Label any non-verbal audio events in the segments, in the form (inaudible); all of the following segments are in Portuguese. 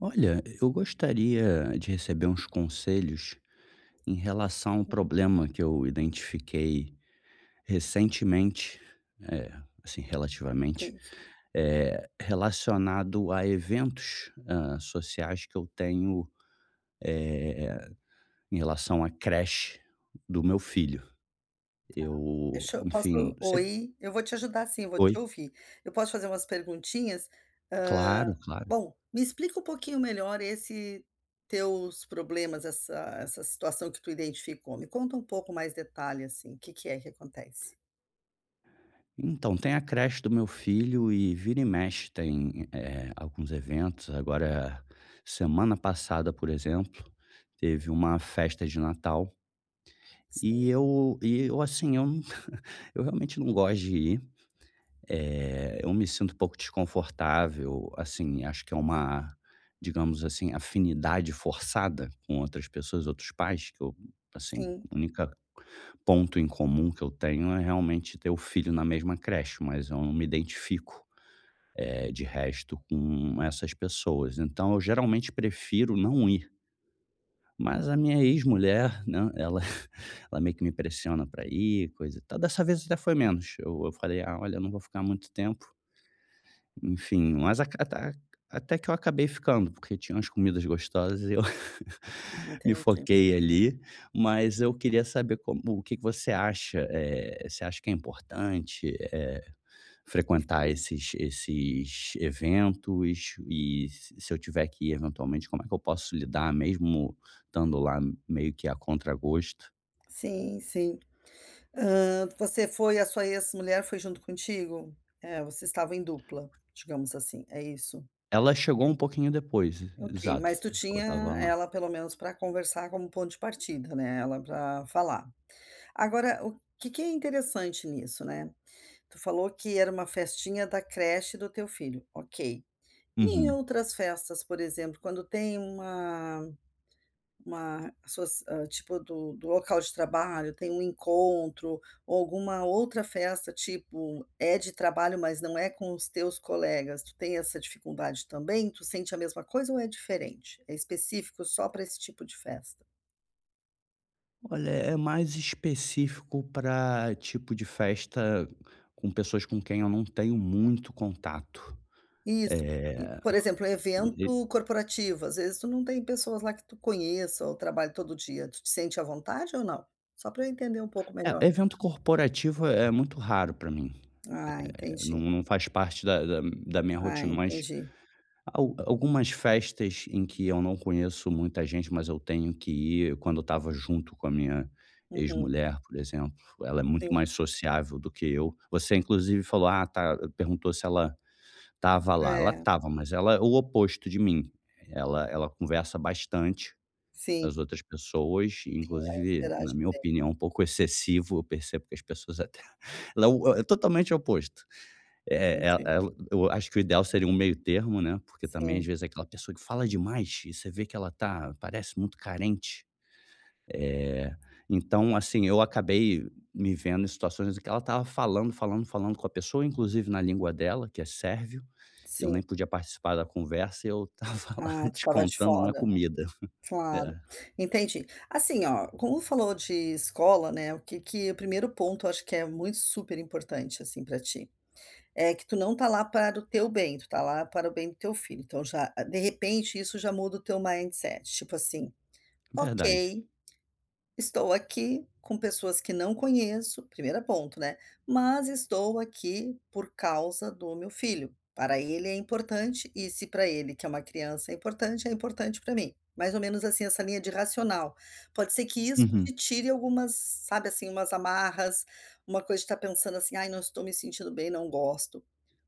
Olha, eu gostaria de receber uns conselhos em relação a um problema que eu identifiquei recentemente, eh, assim, relativamente, Entendi. Relacionado a eventos, sociais que eu tenho, eh, em relação à creche do meu filho. Eu, Deixa eu enfim, posso sempre. oi? Eu vou te ajudar sim, vou Oi? te ouvir. Eu posso fazer umas perguntinhas? Hã, Claro, claro. bom, me explica um pouquinho melhor esse teus problemas, essa situação que tu identificou. Me conta um pouco mais detalhe, assim, que é que acontece? Então, tem a creche do meu filho e vira e mexe tem, alguns eventos. Agora, semana passada, por exemplo, teve uma festa de Natal Sim, e eu, assim, eu não (laughs) eu realmente não gosto de ir, eu me sinto um pouco desconfortável, assim, acho que é uma, digamos assim, afinidade forçada com outras pessoas, outros pais que eu, assim, sim, única ponto em comum que eu tenho é realmente ter o filho na mesma creche, mas eu não me identifico, de resto com essas pessoas. Então eu geralmente prefiro não ir, mas a minha ex-mulher, né, ela (laughs) ela meio que me pressiona para ir, coisa e tal. Dessa vez até foi menos, eu falei: "Ah, olha, eu não vou ficar muito tempo, enfim, mas aca ata até que eu acabei ficando, porque tinha umas comidas gostosas e eu (laughs) me entendi. foquei ali, mas eu queria saber como o que que você acha, você acha que é importante, eh, frequentar Enfim. esses eventos? E se eu tiver que ir eventualmente, como é que eu posso lidar mesmo estando lá meio que a contragosto?" Sim, sim. Hã, você foi a sua ex-mulher foi junto contigo? É, vocês estavam em dupla, digamos assim, é isso? Ela chegou um pouquinho depois, Ok, exato, mas tu ela tinha estava lá. ela pelo menos para conversar como ponto de partida, né, ela para falar. Agora, o que que é interessante nisso, né, tu falou que era uma festinha da creche do teu filho, ok. E em Uhum. outras festas, por exemplo, quando tem uma associ hã, tipo do local de trabalho, tem um encontro ou alguma outra festa, tipo, é de trabalho, mas não é com os teus colegas, tu tem essa dificuldade também? Tu sente a mesma coisa ou é diferente? É específico só para esse tipo de festa? Olha, é mais específico para tipo de festa com pessoas com quem eu não tenho muito contato. Isso. E, Eh, por exemplo, e e evento corporativo, às vezes tu não tem pessoas lá que tu conheça ou trabalhe todo dia, tu te sente à vontade ou não? Só para eu entender um pouco melhor. É, evento corporativo é muito raro para mim. Ah, É, não entendi. não faz parte da da minha Ah, rotina, mas entendi. al algumas festas em que eu não conheço muita gente, mas eu tenho que ir, quando eu estava junto com a minha Uhum. ex-mulher, por exemplo, ela é Sim. muito mais sociável do que eu. Você inclusive falou: "Ah, tá", perguntou se ela tava lá, ela É, tava, mas ela é o oposto de mim. Ela conversa bastante com sim. as outras pessoas, inclusive, na Interage minha bem, opinião, um pouco excessivo, eu percebo que as pessoas até (laughs) ela é o é totalmente o oposto. Eh, ela entendi. ela Eu acho que o ideal seria um meio termo, né, porque também, às Sim, vezes, é aquela pessoa que fala demais e você vê que ela parece muito carente. Eh, então, assim, eu acabei me vendo em situações em que ela estava falando, falando, falando com a pessoa, inclusive na língua dela, que é sérvio, eu sim. nem podia participar da conversa e eu estava (laughs) lá Ah, tu estava de descontando na fora, comida. É, claro. Entendi. Assim, ó, como falou de escola, né, o que que o primeiro ponto eu acho que é muito super importante, assim, para ti, é que tu não tá lá para o teu bem, tu tá lá para o bem do teu filho, então já de repente isso já muda o teu mindset, tipo assim: verdade. "Ok, estou aqui com pessoas que não conheço, primeiro ponto, né? Mas estou aqui por causa do meu filho. Para ele é importante, e se para ele, que é uma criança, é importante para mim." Mais ou menos assim, essa linha de racional. Pode ser que isso te Uhum. tire algumas, sabe assim, umas amarras, uma coisa de estar pensando assim, ai, não estou me sentindo bem, não gosto.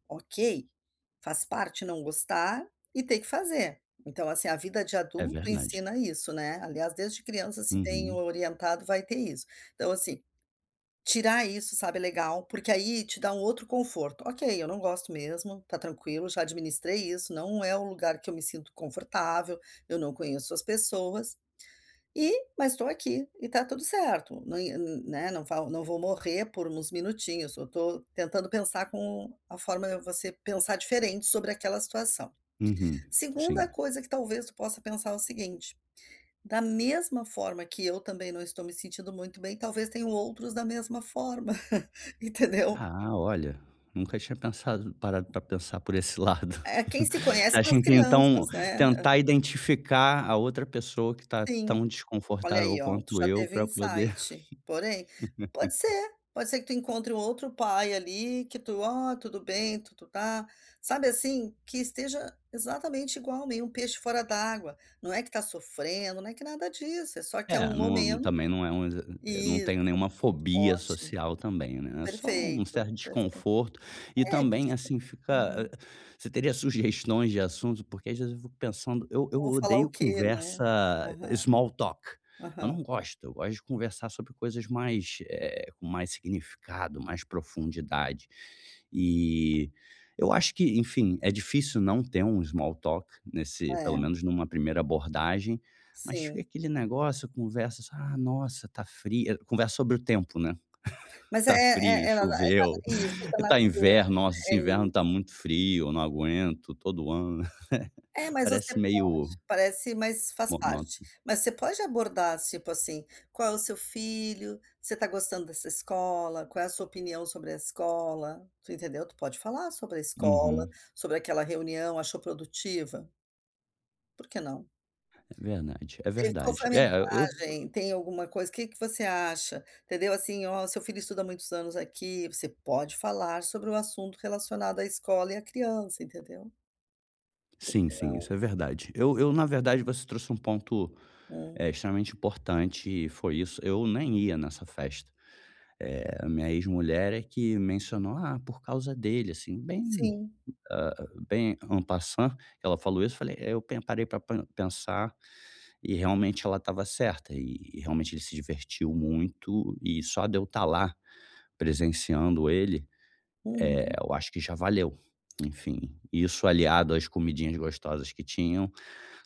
Ok, faz parte não gostar e ter que fazer. Então, assim, a vida de É adulto verdade. ensina isso, né? Aliás, desde criança, se bem Uhum, orientado, vai ter isso. Então, assim, tirar isso, sabe, é legal, porque aí te dá um outro conforto. Ok, eu não gosto mesmo, tá tranquilo, já administrei isso, não é o lugar que eu me sinto confortável, eu não conheço as pessoas, e mas estou aqui, e está tudo certo, não ia né, não vou morrer por uns minutinhos, eu estou tentando pensar com a forma de você pensar diferente sobre aquela situação. uhum, Segunda sim. coisa que talvez tu possa pensar é o seguinte, da mesma forma que eu também não estou me sentindo muito bem, talvez tenham outros da mesma forma, (laughs) entendeu? Ah, olha, nunca tinha pensado parado para pensar por esse lado. É, quem se (laughs) conhece Você são as acha que então crianças, né. tentar identificar a outra pessoa que está Sim. tão Olha desconfortável aí, ó, tu quanto já eu teve o para poder? insight. Porém, (laughs) pode ser que tu encontre um outro pai ali que tu: "Ó, tudo bem, tu tá", sabe assim, que esteja exatamente igual, meio um peixe fora d'água. Não é que tá sofrendo, não é que nada disso, é só que é É, um não momento. também não é um exa eu não Isso, tenho nenhuma fobia ótimo, social também, né, é só um perfeito, certo perfeito. desconforto e É, também, porque assim, fica uhum, você teria (laughs) sugestões de assuntos? Porque às vezes eu fico pensando eu eu eu vou falar o odeio quê, conversa né? Aham, small talk, eu aham. não gosto, eu gosto de conversar sobre coisas mais, com mais significado, mais profundidade. E eu acho que, enfim, é difícil não ter um small talk nesse pelo É, menos numa primeira abordagem, mas sim. fica aquele negócio, conversa, "Ah, nossa, tá frio", conversa sobre o tempo, né. Mas é Tá é frio, é na na choveu, isso, é da tá natureza, inverno, "Nossa, é esse inverno isso. tá muito frio, eu não aguento, todo ano". (laughs) É, mas você Parece pode meio parece, mas faz monó. parte. Mas você pode abordar, tipo assim: "Qual é o seu filho? Você está gostando dessa escola? Qual é a sua opinião sobre a escola?" Tu entendeu? Tu pode falar sobre a escola, Uhum. sobre aquela reunião, achou produtiva? Por que não? É verdade, é E qual foi verdade. a É, mensagem? Tem alguma coisa. O que que você acha? Entendeu? Assim: "Ó, seu filho estuda há muitos anos aqui", você pode falar sobre o assunto relacionado à escola e à criança, entendeu? sim, sim, isso Não. é verdade. Eu, na verdade, você trouxe um ponto, Hum. Extremamente importante e foi isso, eu nem ia nessa festa. A minha ex-mulher é que mencionou: "Ah, por causa dele", assim, Sim. Bem en passant, ela falou isso, eu falei "É, eu pen parei para pensar e realmente ela estava certa, realmente ele se divertiu muito e só de eu estar lá presenciando ele, Uhum. eu acho que já valeu. Enfim, isso aliado às comidinhas gostosas que tinham,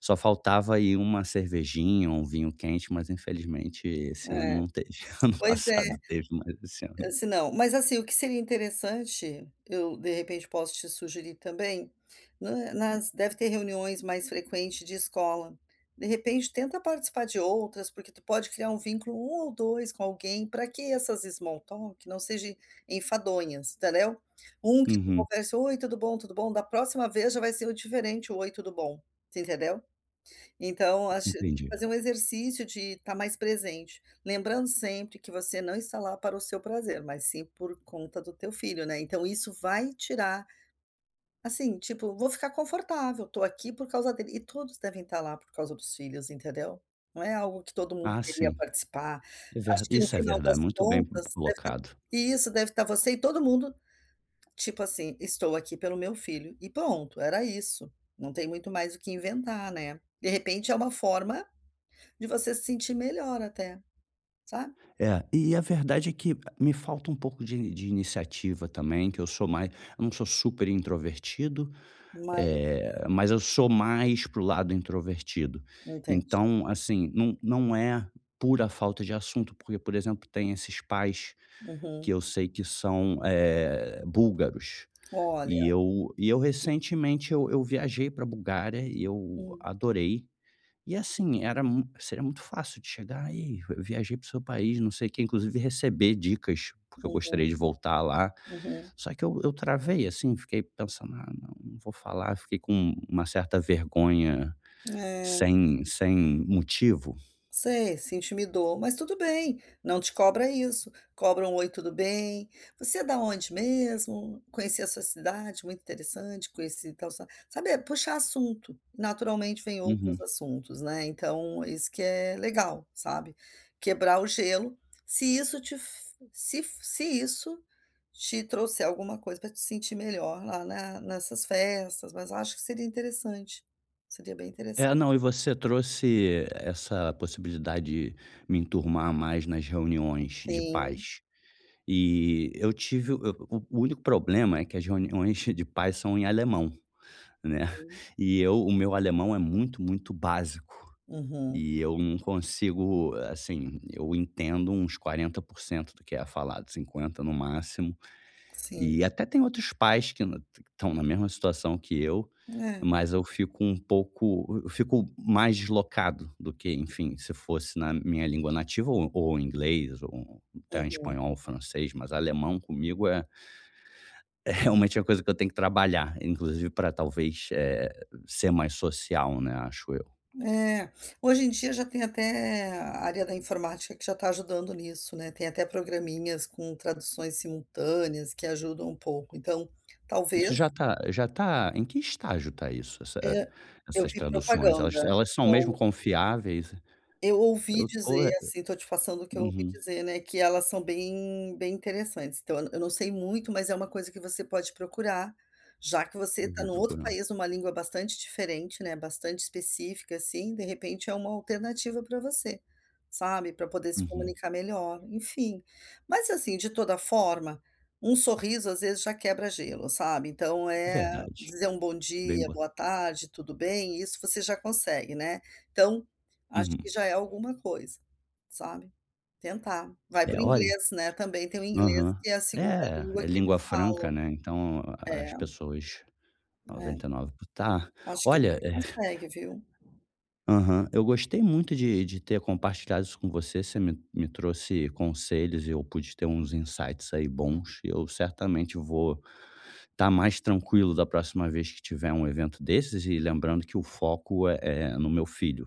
só faltava aí uma cervejinha um vinho quente, mas infelizmente esse ano É. não teve. (laughs) Ano Pois é, passado teve, mas esse ano assim, não. Mas assim, o que seria interessante, eu de repente posso te sugerir também, na nas deve ter reuniões mais frequentes de escola. De repente tenta participar de outras, porque tu pode criar um vínculo, um ou 2 com alguém, para que essas small talk não sejam enfadonhas, entendeu? Um que tu uhum, conversa: "Oi, tudo bom, tudo bom?" Da próxima vez já vai ser o diferente o "Oi, tudo bom", você entendeu? Então, acho entendi. fazer um exercício de estar mais presente, lembrando sempre que você não está lá para o seu prazer, mas sim por conta do teu filho, né. Então isso vai tirar, assim, tipo: "Vou ficar confortável, tô aqui por causa dele", e todos devem estar lá por causa dos filhos, entendeu. Não é algo que todo mundo Ah, queria sim. participar. É Acho ver que no isso é final das verdade, muito bem contas deve estar colocado. isso, deve estar você e todo mundo, tipo assim: "Estou aqui pelo meu filho", e pronto, era isso. Não tem muito mais o que inventar, né. De repente é uma forma de você se sentir melhor até, sabe. É, e a verdade é que me falta um pouco de iniciativa também, que eu não sou super introvertido, Mas mas eu sou mais pro lado introvertido. entende. Então, assim, não é pura falta de assunto, porque, por exemplo, tem esses pais Uhum. que eu sei que são, búlgaros, e Olha. eu recentemente eu viajei para Bulgária e eu Hum. adorei. E assim, era mu seria muito fácil de chegar: "Ei, eu viajei para o seu país, não sei o quê", inclusive receber dicas, porque eu Uhum, gostaria de voltar lá. uhum. Só que eu travei, assim, fiquei pensando: "Ah, não, não vou falar", fiquei com uma certa vergonha É. sem motivo. Sei, se intimidou, mas tudo bem, não te cobra isso. Cobra um "Oi, tudo bem? Você é da onde mesmo? Conheci a sua cidade, muito interessante, conheci tal sa", sabe, é puxar assunto, naturalmente vem outros Uhum. assuntos, né, então isso que é legal, sabe, quebrar o gelo, se isso te f se isso te trouxer alguma coisa para te sentir melhor lá na nessas festas, mas acho que seria interessante, seria bem interessante. É, não, e você trouxe essa possibilidade de me enturmar mais nas reuniões de Sim, paz. E eu tive eu- o único problema é que as reuniões (laughs) de paz são em alemão. Né. sim. E eu O meu alemão é muito, muito básico, Uhum. e eu não consigo, assim, eu entendo uns 40% do que é falado, 50 no máximo, Sim, e até tem outros pais que estão na mesma situação que eu, é. mas eu fico mais deslocado do que, enfim, se fosse na minha língua nativa ou inglês ou até em Uhum. espanhol, francês, mas alemão comigo realmente é uma coisa que eu tenho que trabalhar, inclusive para talvez, ser mais social, né, acho eu. É, hoje em dia já tem até a área da informática que já está ajudando nisso, né, tem até programinhas com traduções simultâneas que ajudam um pouco, então, Isso talvez, já tá em que estágio tá isso, essa eh, eu essas vi traduções? propaganda, Elas são então mesmo confiáveis? eu ouvi Eu tô, dizer, assim, tô te passando o que eu ouvi uhum, dizer, né, que elas são bem interessantes. Então eu não sei muito, mas é uma coisa que você pode procurar, já que você eu está vou num outro procurar. país, numa língua bastante diferente, né, bastante específica, assim, de repente é uma alternativa para você, sabe, para poder se Uhum. comunicar melhor, enfim. Mas, assim, de toda forma, um sorriso às vezes já quebra gelo, sabe. Então É é verdade, dizer um bom bem dia, bo boa tarde, tudo bem, isso você já consegue, né. Então acho uhum. que já é alguma coisa, sabe. Tentar. Vai para É, o olha inglês, né, também tem o inglês aham. que é a segunda É, língua é que língua eles franca, falam. né, então É, as pessoas é, 99 tá. acho que Olha, você consegue, viu. aham. Eu gostei muito de ter compartilhado isso com você, você me trouxe conselhos e eu pude ter uns insights aí bons, eu certamente vou estar mais tranquilo da próxima vez que tiver um evento desses e lembrando que o foco é no meu filho.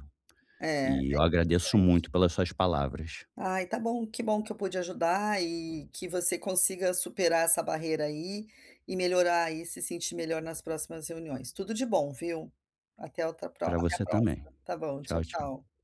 É, é E eu agradeço interessante. muito pelas suas palavras. Ai, tá bom que eu pude ajudar e que você consiga superar essa barreira aí e melhorar e se sentir melhor nas próximas reuniões. Tudo de bom, viu. Até outra pró Para até a você também. próxima. Tá bom, tchau, Tchau, tchau. tchau.